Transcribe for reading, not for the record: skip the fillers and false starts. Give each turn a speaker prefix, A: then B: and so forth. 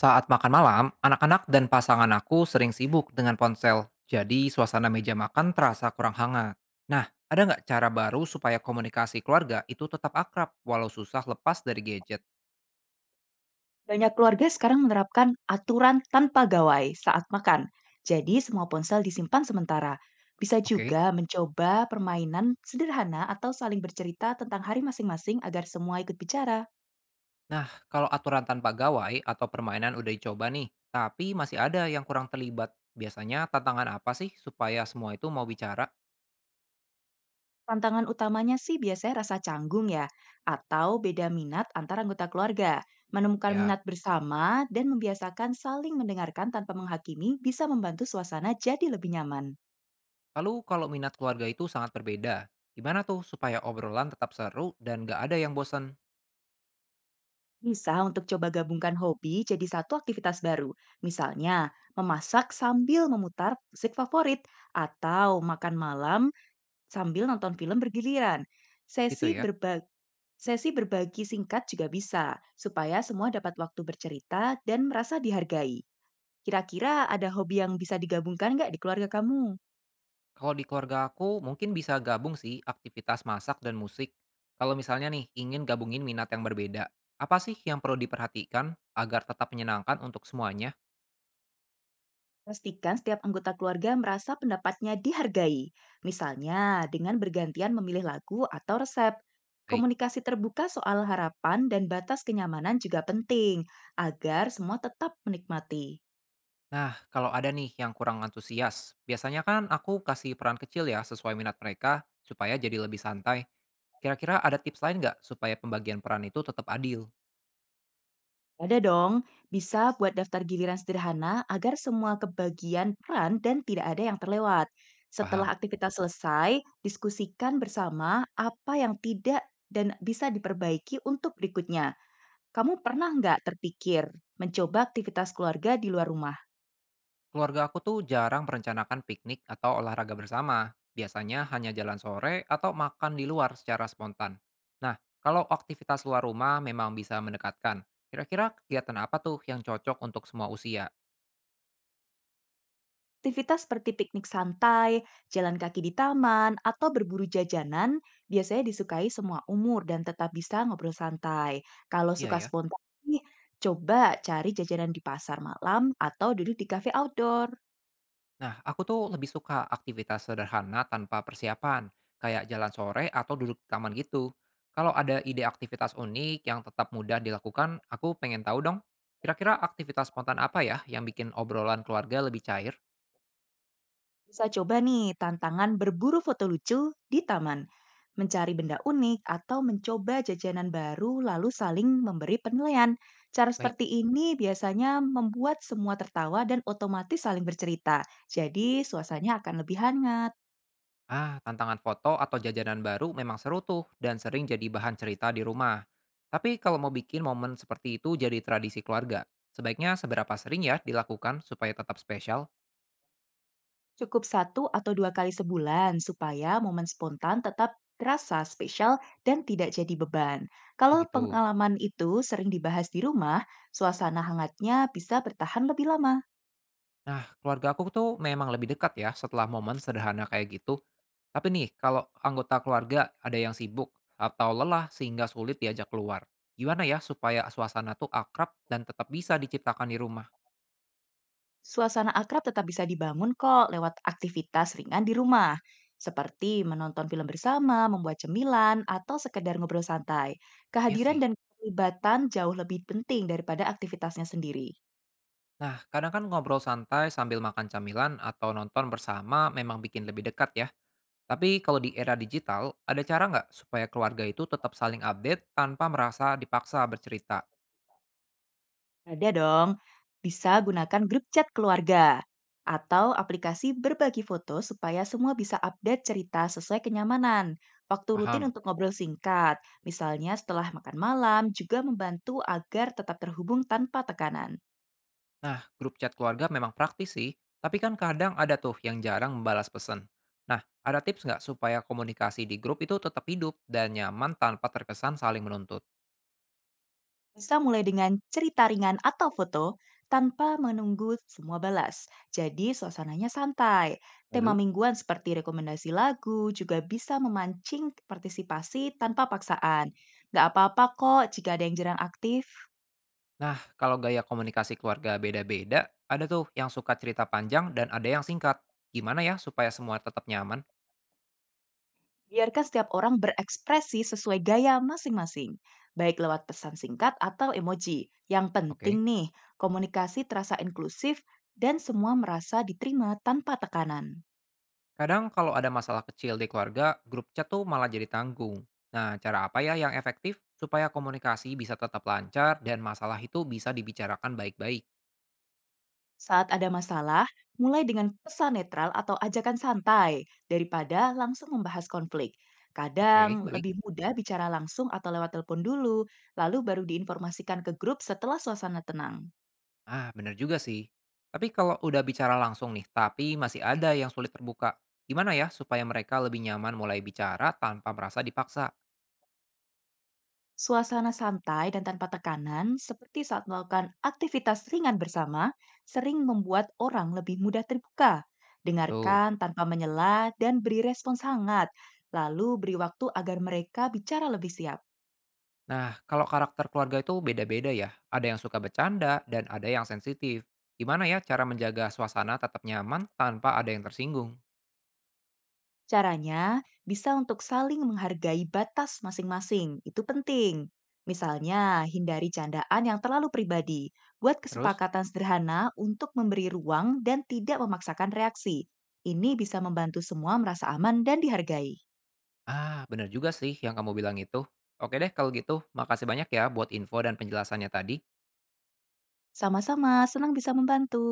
A: Saat makan malam, anak-anak dan pasangan aku sering sibuk dengan ponsel, jadi suasana meja makan terasa kurang hangat. Nah, ada nggak cara baru supaya komunikasi keluarga itu tetap akrab walau susah lepas dari gadget?
B: Banyak keluarga sekarang menerapkan aturan tanpa gawai saat makan. Jadi semua ponsel disimpan sementara. Bisa
A: Oke.
B: juga mencoba permainan sederhana atau saling bercerita tentang hari masing-masing agar semua ikut bicara.
A: Nah, kalau aturan tanpa gawai atau permainan udah dicoba nih, tapi masih ada yang kurang terlibat. Biasanya tantangan apa sih supaya semua itu mau bicara?
B: Tantangan utamanya sih biasanya rasa canggung ya, atau beda minat antara anggota keluarga. Menemukan
A: Ya.
B: minat bersama dan membiasakan saling mendengarkan tanpa menghakimi bisa membantu suasana jadi lebih nyaman.
A: Lalu kalau minat keluarga itu sangat berbeda, gimana tuh supaya obrolan tetap seru dan nggak ada yang bosan?
B: Bisa untuk coba gabungkan hobi jadi satu aktivitas baru. Misalnya, memasak sambil memutar musik favorit atau makan malam sambil nonton film bergiliran.
A: Gitu
B: Sesi
A: ya.
B: berba- Sesi berbagi singkat juga bisa supaya semua dapat waktu bercerita dan merasa dihargai. Kira-kira ada hobi yang bisa digabungkan nggak di keluarga kamu?
A: Kalau di keluarga aku mungkin bisa gabung sih aktivitas masak dan musik. Kalau misalnya nih ingin gabungin minat yang berbeda, apa sih yang perlu diperhatikan agar tetap menyenangkan untuk semuanya?
B: Pastikan setiap anggota keluarga merasa pendapatnya dihargai, misalnya dengan bergantian memilih lagu atau resep.
A: Baik.
B: Komunikasi terbuka soal harapan dan batas kenyamanan juga penting agar semua tetap menikmati.
A: Nah, kalau ada nih yang kurang antusias, biasanya kan aku kasih peran kecil ya sesuai minat mereka supaya jadi lebih santai. Kira-kira ada tips lain nggak supaya pembagian peran itu tetap adil?
B: Ada dong, bisa buat daftar giliran sederhana agar semua kebagian peran dan tidak ada yang terlewat. Setelah
A: Paham?
B: aktivitas selesai, diskusikan bersama apa yang tidak dan bisa diperbaiki untuk berikutnya. Kamu pernah nggak terpikir mencoba aktivitas keluarga di luar rumah?
A: Keluarga aku tuh jarang merencanakan piknik atau olahraga bersama. Biasanya hanya jalan sore atau makan di luar secara spontan. Nah, kalau aktivitas luar rumah memang bisa mendekatkan. Kira-kira kegiatan apa tuh yang cocok untuk semua usia?
B: Aktivitas seperti piknik santai, jalan kaki di taman, atau berburu jajanan biasanya disukai semua umur dan tetap bisa ngobrol santai. Kalau
A: Iya
B: suka
A: ya.
B: spontan, nih, coba cari jajanan di pasar malam atau duduk di kafe outdoor.
A: Nah, aku tuh lebih suka aktivitas sederhana tanpa persiapan, kayak jalan sore atau duduk di taman gitu. Kalau ada ide aktivitas unik yang tetap mudah dilakukan, aku pengen tahu dong. Kira-kira aktivitas spontan apa ya yang bikin obrolan keluarga lebih cair?
B: Bisa coba nih tantangan berburu foto lucu di taman, mencari benda unik atau mencoba jajanan baru lalu saling memberi penilaian. Cara
A: Baik.
B: seperti ini biasanya membuat semua tertawa dan otomatis saling bercerita. Jadi suasananya akan lebih hangat.
A: Ah, tantangan foto atau jajanan baru memang seru tuh dan sering jadi bahan cerita di rumah. Tapi kalau mau bikin momen seperti itu jadi tradisi keluarga, sebaiknya seberapa sering ya dilakukan supaya tetap spesial?
B: Cukup satu atau dua kali sebulan supaya momen spontan tetap terasa spesial dan tidak jadi beban. Kalau
A: Begitu.
B: pengalaman itu sering dibahas di rumah, suasana hangatnya bisa bertahan lebih lama.
A: Nah, keluarga aku tuh memang lebih dekat ya setelah momen sederhana kayak gitu. Tapi nih, kalau anggota keluarga ada yang sibuk atau lelah sehingga sulit diajak keluar. Gimana ya supaya suasana tuh akrab dan tetap bisa diciptakan di rumah?
B: Suasana akrab tetap bisa dibangun kok lewat aktivitas ringan di rumah, seperti menonton film bersama, membuat cemilan, atau sekedar ngobrol santai.
A: Ya
B: Kehadiran
A: sih.
B: dan keterlibatan jauh lebih penting daripada aktivitasnya sendiri.
A: Nah, kadang kan ngobrol santai sambil makan camilan atau nonton bersama memang bikin lebih dekat ya. Tapi kalau di era digital, ada cara nggak supaya keluarga itu tetap saling update tanpa merasa dipaksa bercerita?
B: Ada dong, bisa gunakan grup chat keluarga atau aplikasi berbagi foto supaya semua bisa update cerita sesuai kenyamanan. Waktu rutin
A: Paham?
B: untuk ngobrol singkat, misalnya setelah makan malam, juga membantu agar tetap terhubung tanpa tekanan.
A: Nah, grup chat keluarga memang praktis sih, tapi kan kadang ada tuh yang jarang membalas pesan. Nah, ada tips nggak supaya komunikasi di grup itu tetap hidup dan nyaman tanpa terkesan saling menuntut?
B: Bisa mulai dengan cerita ringan atau foto tanpa menunggu semua balas. Jadi suasananya santai. Tema
A: Lalu?
B: mingguan seperti rekomendasi lagu juga bisa memancing partisipasi tanpa paksaan. Nggak apa-apa kok jika ada yang jarang aktif.
A: Nah, kalau gaya komunikasi keluarga beda-beda, ada tuh yang suka cerita panjang dan ada yang singkat. Gimana ya supaya semua tetap nyaman?
B: Biarkan setiap orang berekspresi sesuai gaya masing-masing. Baik lewat pesan singkat atau emoji. Yang
A: Oke.
B: penting nih, komunikasi terasa inklusif dan semua merasa diterima tanpa tekanan.
A: Kadang kalau ada masalah kecil di keluarga, grup chat tuh malah jadi tanggung. Nah, cara apa ya yang efektif supaya komunikasi bisa tetap lancar dan masalah itu bisa dibicarakan baik-baik?
B: Saat ada masalah, mulai dengan pesan netral atau ajakan santai daripada langsung membahas konflik. Kadang
A: Oke. Baik.
B: lebih mudah bicara langsung atau lewat telepon dulu, lalu baru diinformasikan ke grup setelah suasana tenang.
A: Ah, bener juga sih. Tapi kalau udah bicara langsung nih, tapi masih ada yang sulit terbuka, gimana ya supaya mereka lebih nyaman mulai bicara tanpa merasa dipaksa?
B: Suasana santai dan tanpa tekanan, seperti saat melakukan aktivitas ringan bersama, sering membuat orang lebih mudah terbuka.
A: Tuh.
B: Dengarkan tanpa menyela dan beri respons hangat, lalu beri waktu agar mereka bicara lebih siap.
A: Nah, kalau karakter keluarga itu beda-beda ya. Ada yang suka bercanda dan ada yang sensitif. Gimana ya cara menjaga suasana tetap nyaman tanpa ada yang tersinggung?
B: Caranya bisa untuk saling menghargai batas masing-masing, itu penting. Misalnya, hindari candaan yang terlalu pribadi. Buat
A: Terus,
B: kesepakatan sederhana untuk memberi ruang dan tidak memaksakan reaksi. Ini bisa membantu semua merasa aman dan dihargai.
A: ah bener juga sih yang kamu bilang itu. Oke deh kalau gitu, makasih banyak ya buat info dan penjelasannya tadi.
B: Sama-sama, senang bisa membantu.